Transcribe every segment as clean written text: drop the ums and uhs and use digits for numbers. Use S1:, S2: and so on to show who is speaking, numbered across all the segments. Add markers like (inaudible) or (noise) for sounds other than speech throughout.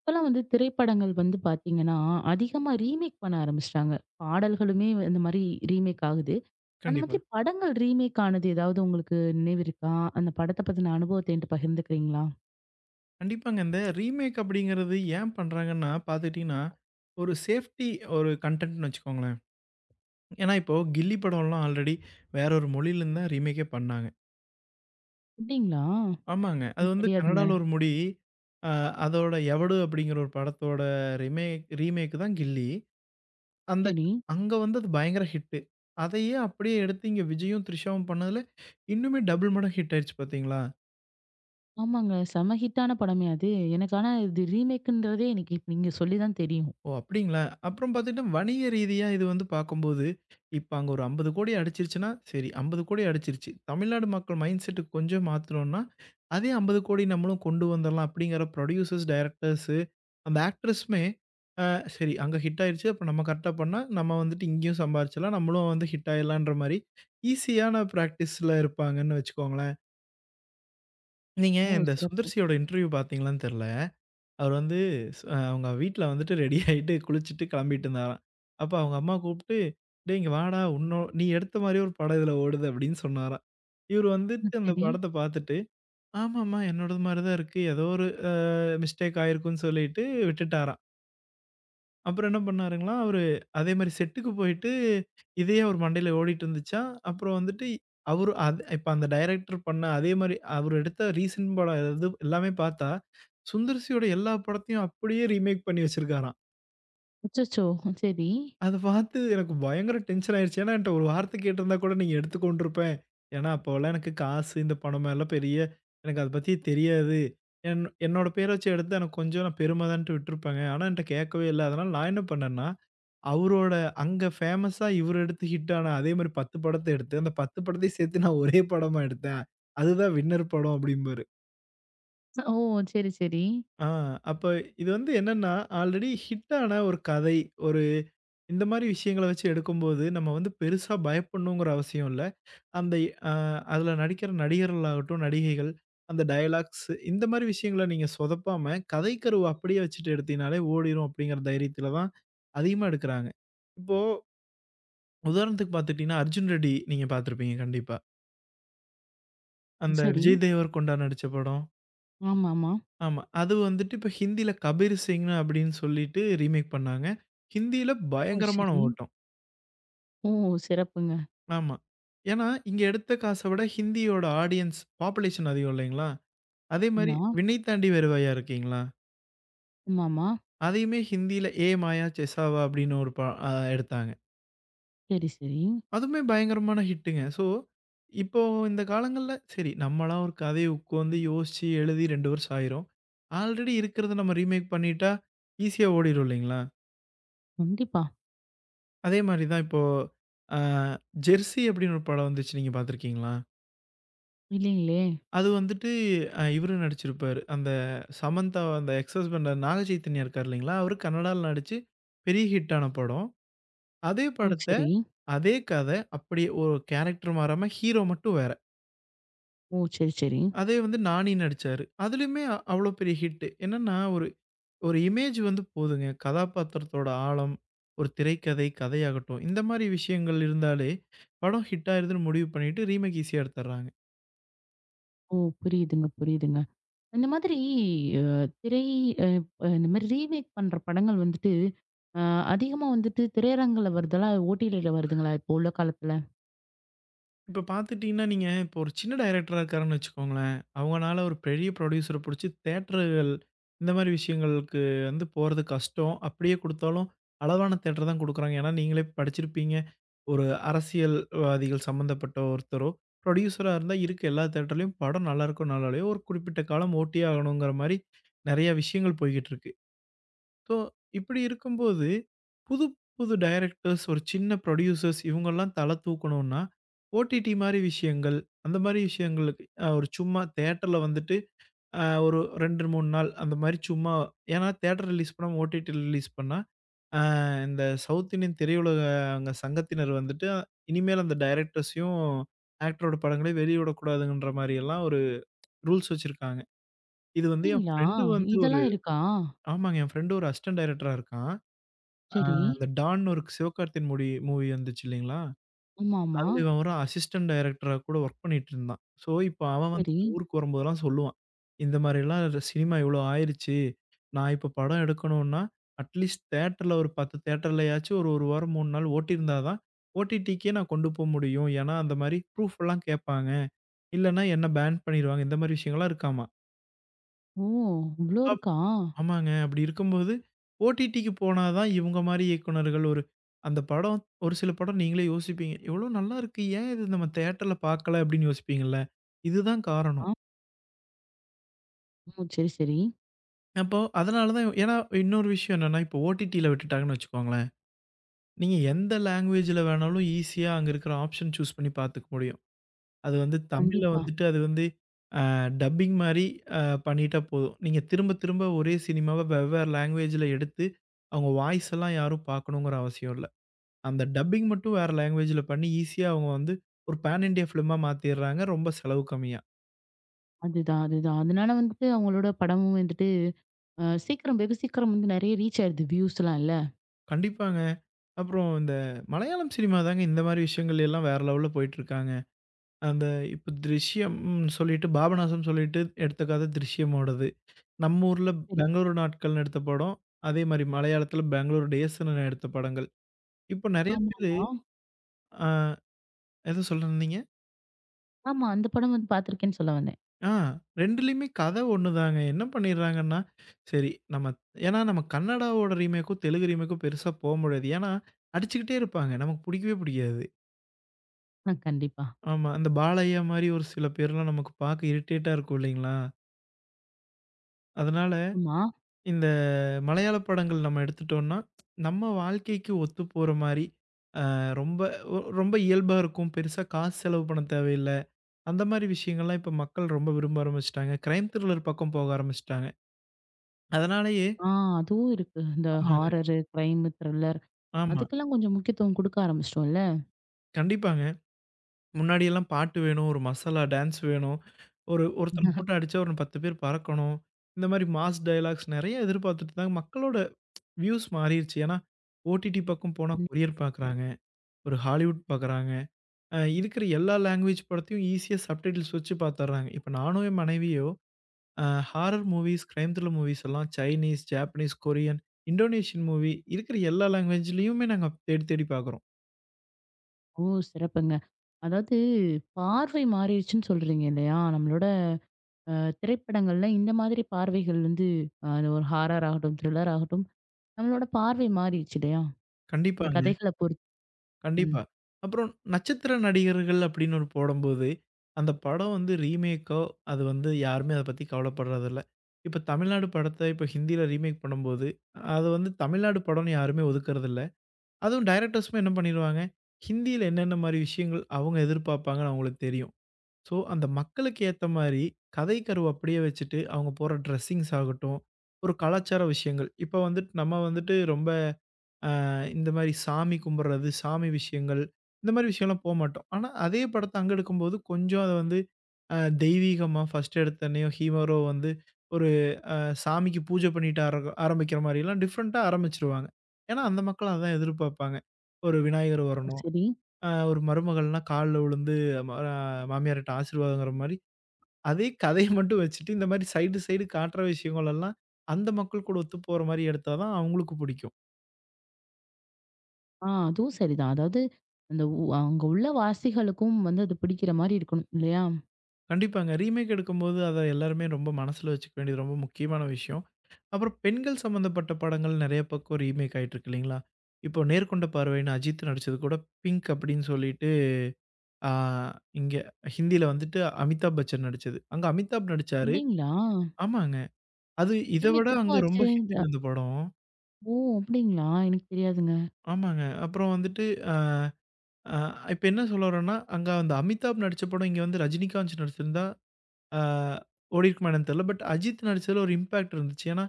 S1: இப்பெல்லாம் திரைப்படங்கள் பாத்தீங்கன்னா, அதிகமா ரீமேக் பண்ண ஆரம்பிச்சுட்டாங்க. பாடல்களுமே இந்த மாரி ரீமேக் ஆகுது. அந்த
S2: கண்டிப்பா.
S1: மாதிரி படங்கள் ரீமேக் ஆனது ஏதாவது உங்களுக்கு நினைவு இருக்கா? அந்த படத்த பத்தின அனுபவத்த என்ட்ட பகிர்ந்துக்கிறீங்களா?
S2: கண்டிப்பாங்க. இந்த ரீமேக் அப்படிங்கிறது ஏன் பண்றாங்கன்னா, பார்த்துக்கிட்டீங்கன்னா, ஒரு சேஃப்டி ஒரு கன்டென்ட்ன்னு வச்சுக்கோங்களேன். ஏன்னா, இப்போ கில்லி படம்லாம் ஆல்ரெடி வேற ஒரு மொழியிலருந்து தான் ரீமேக்கே பண்ணாங்க.
S1: அப்டிங்களா?
S2: ஆமாங்க. அது
S1: எனக்கு
S2: வந்து
S1: தெரியாதுங்க.
S2: கன்னடால ஒரு மொழி, அ அதோட எவடு அப்படிங்கிற ஒரு படத்தோட ரிமேக் ரீமேக் ரீமேக்கு தான் கில்லி. அந்த
S1: சரி.
S2: அங்க வந்து அது பயங்கர ஹிட்டு. அதையே அப்படியே எடுத்து இங்க விஜயும், த்ரிஷாவும் பண்ணதுல இன்னுமே டபுள் மடங்கு ஹிட் ஆயிடுச்சு பார்த்தீங்களா?
S1: ஆமாங்க. செம ஹிட்டான படமே அது. எனக்கு ஆனா இது ரீமேக்குன்றதே எனக்கு இப்ப நீங்க சொல்லி தான் தெரியும்.
S2: ஓ! அப்டிங்களா? அப்புறம் பாத்துக்கிட்டா வணிக ரீதியா இது வந்து பாக்கும்போது, இப்ப அங்க ஒரு 50,00,00,000 அடிச்சிருச்சுன்னா, சரி 50,00,00,000 அடிச்சிருச்சு. தமிழ்நாடு மக்கள் மைண்ட் செட்ட கொஞ்சம் மாத்துனோம்னா, அதே 50,00,00,000 நம்மளும் கொண்டு வந்துரலாம் அப்டிங்கிற ப்ரொடியூசர்ஸ், டைரக்டர்ஸு, அந்த ஆக்ட்ரஸுமே அ சரி அங்க ஹிட் ஆயிருச்சு. அப்ப நம்ம கரெக்ட்டா பண்ணா, நம்ம வந்துட்டு இங்கேயும் சம்பாரிச்சலாம். நம்மளும் வந்து ஹிட் ஆயிரலான்ற மாரி ஈஸியான பிராக்டிஸ்ல இருப்பாங்கன்னு வச்சுக்கோங்களேன். நீங்க
S1: ஓ!
S2: இந்த
S1: சிறப்பு.
S2: சுந்தர் சியோட இன்டர்வியூ பாத்தீங்களான்னு தெர்ல. அவர் வந்து ஸ் அ அவங்க வீட்ல வந்துட்டு ரெடி ஆயிட்டு, குளிச்சுட்டு கிளம்பிட்டு இருந்தாராம். அப்ப அவங்க அம்மா கூப்ட்டு, "டேய் இங்க வாடா, உன்னோ நீ எடுத்த மாரியே ஒரு படம் இதுல ஓடுது" அப்படின்னு சொன்னாராம். இவரு
S1: ம்.
S2: வந்துட்டு அந்த
S1: சரி.
S2: படத்த பாத்துட்டு, "ஆமாமா, என்னோடது மாரி தான் இருக்கு. ஏதோ ஒரு மிஸ்டேக் ஆயிருக்கும்னு" சொல்லிட்டு விட்டுட்டாராம். அப்புறம் என்ன பண்ணாருங்களா, அவரு அதே மாரி செட்டுக்கு போயிட்டு, இதே அவர் மண்டையில ஓடிட்டு இருந்துச்சா, அப்புறம் வந்துட்டு அவரு அது இப்ப அந்த டைரக்டர் பண்ண அதே மாரி அவரு எடுத்த ரீசன்ட் படம் இது எல்லாமே பார்த்தா, சுந்தர் சியோட எல்லா படத்தையும் அப்படியே ரீமேக் பண்ணி வச்சிருக்காராம்.
S1: அச்சச்சோ! சரி.
S2: அத பார்த்து எனக்கு பயங்கர டென்ஷன் ஆயிருச்சு. ஏன்னா என்ட்ட ஒரு வார்த்தை கேட்டிருந்தா கூட நீங்க எடுத்து கொண்டிருப்பேன். ஏன்னா அப்போலாம் எனக்கு காசு, இந்த பணம் மேலலாம் பெரிய எனக்கு அத பத்தி தெரியாது. என்னோட பேர வச்சு எடுத்து எனக்கு கொஞ்சம் நான் பெருமை தான்ட்டு விட்டுருப்பேங்க. ஆனா என்ட்ட கேட்கவே இல்ல. அதனால நான் என்ன பண்ணேன்னா அவரோட அங்க ஃபேமஸா இவரு எடுத்து ஹிட் ஆன அதே மாரி 10 படத்த எடுத்து, அந்த 10 படத்தையும் சேர்த்து நான் ஒரே படமா எடுத்தேன். அதுதான் வின்னர் படம் அப்டிம்பாரு.
S1: ஓ! சரி, சரி.
S2: ஆ அப்ப இது வந்து என்னன்னா, ஆல்ரெடி ஹிட் ஆன ஒரு கதை, ஒரு இந்த மாரி விஷயங்கள வச்சு எடுக்கும்போது, நம்ம வந்து பெருசா பயப்படணுங்கிற அவசியம் இல்ல. அந்த அ அதுல நடிக்கிற நடிகர்களாகட்டும், நடிகைகள், அந்த டயலாக்ஸ் இந்த மாரி விஷயங்கள நீங்க சொதப்பாம, கதை கருவ அப்படியே வச்சுட்டு எடுத்தீங்கனாலே ஓடிரும் அப்படிங்கிற தைரியத்துல தான் அதிகமா எடுக்குறாங்க. இப்போ உதாரணத்துக்கு பார்த்துட்டீங்கன்னா, அர்ஜுன் ரெட்டி நீங்க பார்த்துருப்பீங்க கண்டிப்பா. அந்த
S1: சரி.
S2: விஜய் தேவரக்கொண்டா நடிச்ச படம்.
S1: ஆமாமா.
S2: ஆமா. அது வந்துட்டு இப்ப ஹிந்தியில கபீர் சிங்னு அப்படின்னு சொல்லிட்டு ரீமேக் பண்ணாங்க. ஹிந்தியில
S1: ஓ!
S2: பயங்கரமான
S1: சரி.
S2: ஓட்டம்.
S1: ஓ! சிறப்புங்க.
S2: ஆமா. ஏன்னா, இங்க எடுத்த காச விட ஹிந்தியோட ஆடியன்ஸ் பாப்புலேஷன் அதிகம் இல்லைங்களா? அதே மாரி
S1: ஆமா.
S2: "விண்ணை தாண்டி வருவாயா" இருக்கீங்களா?
S1: ஆமாமா.
S2: அதையுமே ஹிந்தியில "ஏ மாயா செசாவா" அப்படின்னு ஒரு ப அ எடுத்தாங்க.
S1: சரி, சரி.
S2: அதுவுமே பயங்கரமான ஹிட்டுங்க. ஸோ, இப்போ இந்த காலங்கள்ல சரி நம்மளா ஒரு கதைய உட்காந்து யோசிச்சு எழுதி 2 வருஷம் ஆயிரும். ஆல்ரெடி இருக்கிறத நம்ம ரீமேக் பண்ணிட்டா ஈஸியா ஓடிரும் இல்லைங்களா?
S1: கண்டிப்பா.
S2: அதே மாரி தான் இப்போ அ "ஜெர்சி" அப்படின்னு ஒரு படம் வந்துச்சு. நீங்க பார்த்துருக்கீங்களா?
S1: இல்லைங்களே!
S2: அது வந்துட்டு இவரு நடிச்சிருப்பாரு. அந்த சமந்தா அந்த எக்ஸ் ஹஸ்பண்ட் நாகச்சைத்தன்யா இருக்காரு இல்லைங்களா? அவரு கன்னடால நடிச்சு பெரிய ஹிட்டான படம். அதே
S1: ஓ!
S2: படத்த,
S1: சரி.
S2: அதே கத அப்படியே ஒரு கேரக்டர் மாறாம ஹீரோ மட்டும் வேற.
S1: ஓ! சரி, சரி.
S2: அதே வந்து நானி நடிச்சாரு. அதுலயுமே அவ்ளோ பெரிய ஹிட். என்னன்னா, ஒரு ஒரு இமேஜ் வந்து போதுங்க. கதாபாத்திரத்தோட ஆழம், ஒரு திரைக்கதை, கதையாகட்டும். இந்த மாரி விஷயங்கள் இருந்தாலே, படம் ஹிட் ஆயிருதுன்னு முடிவு பண்ணிட்டு ரீமேக் ஈஸியா எடுத்துர்றாங்க.
S1: ஓ! புரியுதுங்க, புரியுதுங்க. இந்த மாதிரி அ திரை அ அ இந்த மாரி ரீமேக் பண்ற படங்கள் வந்துட்டு, அ அதிகமா வந்துட்டு திரையரங்குல வருதலா? ஓடிடில வருதுங்களா? இப்போ உள்ள காலத்துல?
S2: இப்ப பார்த்துட்டீங்கன்னா, நீங்க இப்போ ஒரு சின்ன டைரக்டரா இருக்காருன்னு வச்சுக்கோங்களேன். அவங்கனால ஒரு பெரிய ப்ரொடியூசர புடிச்சு தியேட்டர்கள் இந்த மாரி விஷயங்களுக்கு வந்து போறது கஷ்டம். அப்படியே குடுத்தாலும், அளவான தியேட்டர் தான் குடுக்குறாங்க. ஏன்னா, நீங்களே படிச்சிருப்பீங்க. ஒரு அரசியல்வாதிகள் சம்மந்தப்பட்ட ஒருத்தரோ, ப்ரொடியூசரா இருந்தா இருக்க எல்லா தியேட்டர்லயும் படம் நல்லாருக்கோ, நல்லாலையோ ஒரு குறிப்பிட்ட காலம் ஓட்டியே ஆகணுங்கிற மாரி நெறைய விஷயங்கள் போய்க்கிட்டு இருக்கு. ஸோ, இப்படி இருக்கும்போது, புது புது டைரக்டர்ஸ், ஒரு சின்ன ப்ரொடியூசர்ஸ் இவங்கலாம் தல தூக்கணும்னா, ஓடிடி மாரி விஷயங்கள், அந்த மாரி விஷயங்களுக்கு ஒரு சும்மா தியேட்டர்ல வந்துட்டு, ஒரு 2, 3 நாள் அந்த மாரி சும்மா ஏன்னா தியேட்டர் ரிலீஸ் பண்ணாம ஓடிடி ரிலீஸ் பண்ணா ஆ இந்த சவுத் இந்தியன் திரையுலக அங்க சங்கத்தினர் வந்துட்டு, இனிமேல் அந்த டைரக்டர்ஸையும், ஆக்டரோட படங்களையும் வெளியிடக்கூடாதுங்கன்ற மாரியெல்லாம் ஒரு ரூல்ஸ் வச்சிருக்காங்க. இது வந்து என்
S1: அப்டிங்களா?
S2: ஃப்ரெண்டு வந்து ஒரு
S1: இதெல்லாம் இருக்கா?
S2: ஆமாங்க. என் ஃப்ரெண்டு ஒரு அசிஸ்டன்ட் டைரக்டரா இருக்கான். ஆ
S1: சரி.
S2: அந்த டான்னு ஒரு சிவகார்த்திகேயன் மூடி மூவி வந்துச்சு இல்லைங்களா?
S1: ஆமாமா.
S2: அதுல இவன் ஒரு அசிஸ்டன்ட் டைரக்டரா கூட வொர்க் பண்ணிட்டு இருந்தான். சோ, இப்ப அவன் வந்து
S1: சரி.
S2: இந்த ஊருக்கு வரும்போதெல்லாம் சொல்லுவான். இந்த மாரிலாம் சினிமா இவ்ளோ ஆயிருச்சு. நான் இப்ப படம் எடுக்கணும்னா, அட்லீஸ்ட் தியேட்டர்ல ஒரு 10 தியேட்டர்லயாச்சும் ஒரு 1 வாரம் 3 நாள் ஓட்டியிருந்தா தான், ஓடிடிக்கே நான் கொண்டு போ முடியும். ஏன்னா, அந்த மாரி ப்ரூஃப் எல்லாம் கேட்பாங்க. இல்லன்னா என்ன பேன் பண்ணிருவாங்க. இந்த மாரி விஷயங்கள்லாம் இருக்காமா.
S1: ஓ! இவ்ளோ இருக்கா?
S2: ஆமாங்க. அப்படி இருக்கும்போது, ஓடிடிக்கு போனா தான் இவங்க மாரி இயக்குனர்கள் அந்த படம் ஒரு சில படம் நீங்களே யோசிப்பீங்க. "எவ்வளோ நல்லாயிருக்கு. ஏன் இது நம்ம தியேட்டர்ல பார்க்கல?" அப்படின்னு யோசிப்பீங்கள்ல. இதுதான் காரணம்.
S1: ஆ. ஓ! சரி, சரி.
S2: அப்போ அதனால தான் ஏன்னா இன்னொரு விஷயம் என்னன்னா, இப்போ ஓடிடில விட்டுட்டாங்கன்னு வச்சுக்கோங்களேன், நீங்க எந்த லாங்குவேஜ்ல வேணாலும் ஈஸியா அங்க இருக்கிற ஆப்ஷன் சூஸ் பண்ணி பார்த்துக்க முடியும். அது வந்து தமிழ்ல
S1: கண்டிப்பா.
S2: வந்துட்டு அது வந்து டப்பிங் மாரி அ பண்ணிட்டா போதும். நீங்க திரும்ப திரும்ப ஒரே சினிமாவ வெவ்வேறு லாங்குவேஜ்ல எடுத்து, அவங்க வாய்ஸ் எல்லாம் யாரும் பார்க்கணுங்கிற அவசியம் இல்ல. அந்த டப்பிங் மட்டும் வேற லாங்குவேஜ்ல பண்ணி, ஈஸியா அவங்க வந்து ஒரு பான் இண்டியா ஃபிலிமா மாத்திர்றாங்க. ரொம்ப செலவு கம்மியா.
S1: அதுதான், அதுதான். அதனால வந்துட்டு அவங்களோட படமும் வந்துட்டு சீக்கிரம் வெகு சீக்கிரம் வந்து நெறைய ரீச் ஆயிடுது வியூஸ்லாம் இல்ல?
S2: கண்டிப்பாங்க. அப்புறம் இந்த மலையாளம் சினிமா தாங்க இந்த மாரி விஷயங்கள் எல்லாம் வேற லெவல்ல போயிட்டுருக்காங்க. அந்த இப்ப "திருஷ்யம்ன்னு" சொல்லிட்டு பாபநாசம் சொல்லிட்டு எடுத்த கதை "திருஷ்யமோடது." நம்ம ஊர்ல
S1: சரி.
S2: பெங்களூரு நாட்கள்னு எடுத்த படம். அதே மாரி மலையாளத்தில பெங்களூரு டேஸ்ன்னு எடுத்த படங்கள். இப்போ நெறைய பேரு
S1: ஆமாமா.
S2: ஆ ஏதோ சொல்ல வந்தீங்க?
S1: ஆமா. அந்த படம் வந்து பார்த்துருக்கேன்னு சொல்ல வந்தேன்.
S2: ஆ 2லயுமே கதை ஒண்ணுதாங்க. என்ன பண்ணிடுறாங்கன்னா, சரி நம்ம ஏன்னா நம்ம கன்னடாவோட ரீமேக்கும், தெலுங்கு ரீமேக்கும் பெருசா போ முடியாது. ஏன்னா, அடிச்சுக்கிட்டே இருப்பாங்க. நமக்கு புடிக்கவே புடிக்காது.
S1: ஆ கண்டிப்பா.
S2: ஆமா. அந்த பாலைய்யா மாரி ஒரு சில பேர்லாம் நமக்கு பார்க்க இரிட்டேட்டா இருக்கும் இல்லைங்களா? அதனால
S1: ஆமா.
S2: இந்த மலையாள படங்கள் நம்ம எடுத்துட்டோம்னா, நம்ம வாழ்க்கைக்கு ஒத்துப்போற மாரி, ரொம்ப ரொம்ப இயல்பா இருக்கும். பெருசா காசு செலவு பண்ண தேவையில்ல. அந்த மாரி விஷயங்கள்லாம் இப்ப மக்கள் ரொம்ப விரும்ப ஆரம்பிச்சுட்டாங்க. கிரைம் த்ரில்லர் பக்கம் போக ஆரம்பிச்சுட்டாங்க. அதனாலேயே
S1: ஆ அதுவும் இருக்கு. இந்த
S2: ஆமாங்க.
S1: ஹாரரு, கிரைமு, த்ரில்லர்
S2: ஆமா.
S1: அதுக்கெல்லாம் கொஞ்சம் முக்கியத்துவம் குடுக்க ஆரம்பிச்சுட்டோம்ல.
S2: கண்டிப்பாங்க. முன்னாடியெல்லாம் பாட்டு வேணும், ஒரு மசாலா டான்ஸ் வேணும். ஒரு ஒருத்தன் போட்டு அடிச்சா ஒரு 10 பேர் பறக்கணும். இந்த மாரி மாஸ் டயலாக்ஸ் நெறைய எதிர்பார்த்துட்டு இருந்தாங்க. மக்களோட வியூஸ் மாறிருச்சு. ஏன்னா, ஓடிடி பக்கம் போனா
S1: (laughs)
S2: கொரியர் பார்க்குறாங்க. ஒரு ஹாலிவுட் பார்க்குறாங்க. இருக்கிற எல்லா லேங்குவேஜ் படத்தையும் ஈஸியா சப்டைட்டில்ஸ் வச்சு பார்த்துர்றாங்க. இப்ப நானும் என் மனைவியும் அ horror movies, crime thriller movies எல்லாம் Chinese, Japanese, Korean, Indonesian movie இருக்கிற எல்லா லேங்குவேஜ்லயுமே நாங்க தேடி தேடி பார்க்குறோம்.
S1: ஓ! சிறப்புங்க. அதாவது பார்வை மாறிடுச்சுன்னு சொல்றீங்க இல்லையா? நம்மளோட அ திரைப்படங்கள்ல இந்த மாதிரி பார்வைகள் வந்து அது ஒரு ஹாரர் ஆகட்டும், த்ரில்லர் ஆகட்டும், நம்மளோட பார்வை மாறிடுச்சு இல்லையா? இந்த
S2: கண்டிப்பாங்க.
S1: கதைகள பொறுத்து. ம்.
S2: கண்டிப்பா. அப்புறம் நட்சத்திர நடிகர்கள் அப்படின்னு ஒரு போடம்போது, அந்த படம் வந்து ரீமேக்கோ, அது வந்து யாருமே அத பத்தி கவலைப்படுறதில்ல. இப்ப தமிழ்நாடு படத்த இப்ப ஹிந்தியில ரீமேக் பண்ணும்போது, அது வந்து தமிழ்நாடு படம்னு யாருமே ஒதுக்குறதில்ல. அதுவும் டைரக்டர்ஸுமே என்ன பண்ணிருவாங்க, ஹிந்தியில என்னென்ன மாரி விஷயங்கள் அவங்க எதிர்பார்ப்பாங்கன்னு அவங்களுக்கு தெரியும். ஸோ, அந்த மக்களுக்கு ஏத்த மாரி கதை கருவ அப்படியே வச்சுட்டு, அவங்க போடுற ட்ரெஸ்ஸிங்ஸ் ஆகட்டும், ஒரு கலாச்சார விஷயங்கள். இப்ப வந்துட்டு நம்ம வந்துட்டு ரொம்ப அ இந்த மாரி சாமி கும்பிடுறது, சாமி விஷயங்கள், இந்த மாரி விஷயம்லாம் போமாட்டோம். ஆனா, அதே படத்த அங்க எடுக்கும்போது கொஞ்சம் அத வந்து அ தெய்வீகமா ஃபர்ஸ்ட் எடுத்தோனேயும் ஹீரோ வந்து ஒரு சாமிக்கு பூஜை பண்ணிட்டு ஆரம்பிக்கிற மாரிலாம் டிஃப்ரெண்ட்டா ஆரம்பிச்சுருவாங்க. ஏன்னா, அந்த மக்கள் அதான் எதிர்பார்ப்பாங்க. ஒரு விநாயகர்
S1: ஓ!
S2: வரணும்.
S1: சரி.
S2: ஒரு மருமகள்னா கால்ல விழுந்து ம அ மாமியார்ட்ட ஆசீர்வாதங்கிற மாரி, அதே கதைய மட்டும் வச்சுட்டு இந்த மாரி சைடு சைடு காட்டுற விஷயங்களெல்லாம் அந்த மக்கள் கூட ஒத்துப்போற மாரி எடுத்தா தான் அவங்களுக்கு புடிக்கும்.
S1: ஆ அதுவும் சரிதான். அதாவது அந்த அங்க உள்ள வாசிகளுக்கும் வந்து அது பிடிக்கிற மாரி இருக்கணும் இல்லையா?
S2: கண்டிப்பாங்க. ரீமேக் எடுக்கும்போது அத எல்லாருமே ரொம்ப மனசுல வச்சுக்க வேண்டியது ரொம்ப முக்கியமான விஷயம். அப்புறம் பெண்கள் சம்மந்தப்பட்ட படங்கள் நெறைய பக்கம் ரீமேக் ஆயிட்டுருக்கு இல்லைங்களா? இப்போ "நேர்கொண்ட பார்வைன்னு" அஜித் நடிச்சது கூட "பிங்க்" அப்படின்னு சொல்லிட்டு ஆ இங்க ஹிந்தியில வந்துட்டு அமிதாப் பச்சன் நடிச்சது. அங்க அமிதாப் நடிச்சாரு.
S1: அப்டிங்களா?
S2: ஆமாங்க. அது இத விட
S1: ரீமேக் எப்போ
S2: அங்க ரொம்ப
S1: ஆச்சு? இந்த
S2: ஹிட்டுங்க அந்த படம்.
S1: ஓ! அப்டிங்களா? எனக்கு தெரியாதுங்க.
S2: ஆமாங்க. அப்புறம் வந்துட்டு அ அ இப்ப என்ன சொல்ல வர்றேன்னா, அங்க அந்த அமிதாப் நடிச்ச படம் இங்க வந்து ரஜினிகாந்த் நடிச்சிருந்தா ஆ ஓடியிருக்குமா என்னன்னு தெரியல. பட் அஜித் நடிச்சதுல ஒரு இம்பேக்ட் இருந்துச்சு. ஏன்னா,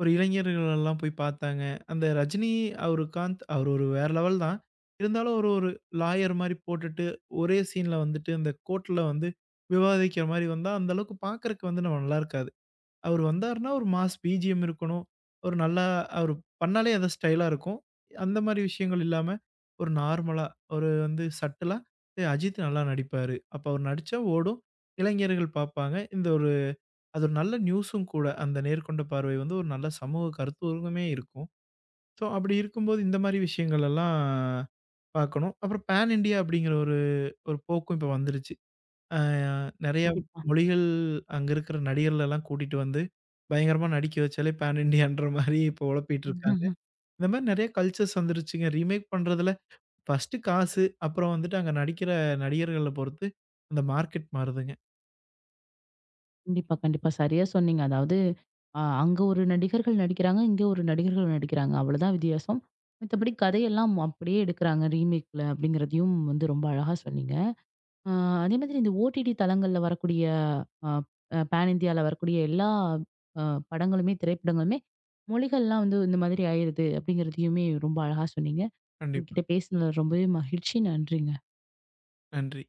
S2: ஒரு இளைஞர்கள் எல்லாம் போய் பார்த்தாங்க. அந்த ரஜினி, அவரு காந்த் அவர் ஒரு வேற லெவல் தான். இருந்தாலும் ஒரு ஒரு லாயர் மாரி போட்டுட்டு, ஒரே சீன்ல வந்துட்டு அந்த கோர்ட்ல வந்து விவாதிக்கிற மாரி வந்தா, அந்த அளவுக்கு பார்க்கறக்கு வந்து நம்ம நல்லா இருக்காது. அவரு வந்தாருன்னா, ஒரு மாஸ் பிஜிஎம் இருக்கணும். ஒரு நல்லா அவரு பண்ணாலே ஏதோ ஸ்டைலா இருக்கும். அந்த மாரி விஷயங்கள் இல்லாம, ஒரு நார்மலா, ஒரு வந்து சட்டிலா, "ஏய் அஜித் நல்லா நடிப்பாரு. அப்ப அவரு நடிச்சா ஓடும். இளைஞர்கள் பார்ப்பாங்க." இந்த ஒரு அது ஒரு நல்ல நியூஸும் கூட. அந்த நேர்கொண்ட பார்வை வந்து ஒரு நல்ல சமூக கருத்தூக்கமே இருக்கும். ஸோ, அப்படி இருக்கும்போது இந்த மாரி விஷயங்கள் எல்லாம் பார்க்கணும். அப்புறம் பேன் இண்டியா அப்படிங்கிற ஒரு ஒரு போக்கும் இப்ப வந்துருச்சு. அ நெறைய
S1: கண்டிப்பா.
S2: மொழிகள் அங்க இருக்கிற நடிகர்களெல்லாம் கூட்டிட்டு வந்து, பயங்கரமா நடிக்க வச்சாலே பான் இண்டியான்ற மாரி இப்போ ஒழப்பிட்டு இருக்காங்க.
S1: (laughs)
S2: இந்த மாரி நெறைய கல்ச்சர்ஸ் வந்துருச்சுங்க. ரீமேக் பண்றதுல ஃபர்ஸ்ட்டு காசு, அப்புறம் வந்துட்டு அங்க நடிக்கிற நடிகர்கள பொறுத்து அந்த மார்க்கெட் மாறுதுங்க.
S1: கண்டிப்பா, கண்டிப்பா. சரியா சொன்னீங்க. அதாவது அங்க ஒரு நடிகர்கள் நடிக்கிறாங்க, இங்க ஒரு நடிகர்கள் நடிக்கிறாங்க. அவ்வளோதான் வித்தியாசம். மத்தபடி கதையெல்லாம் அப்படியே எடுக்குறாங்க ரீமேக்ல அப்படிங்கிறதையும் வந்து ரொம்ப அழகா சொன்னீங்க. ஆ அதே மாதிரி இந்த ஓடிடி தளங்கள்ல வரக்கூடிய அ அ பேன் இந்தியால வரக்கூடிய எல்லா அ படங்களுமே, திரைப்படங்களுமே மொழிகள்லாம் வந்து இந்த மாதிரி ஆயிருது, அப்படிங்கிறதையுமே ரொம்ப அழகா சொன்னீங்க.
S2: கண்டிப்பா.
S1: உங்ககிட்ட பேசினதுல ரொம்பவே மகிழ்ச்சி. நன்றிங்க.
S2: நன்றி.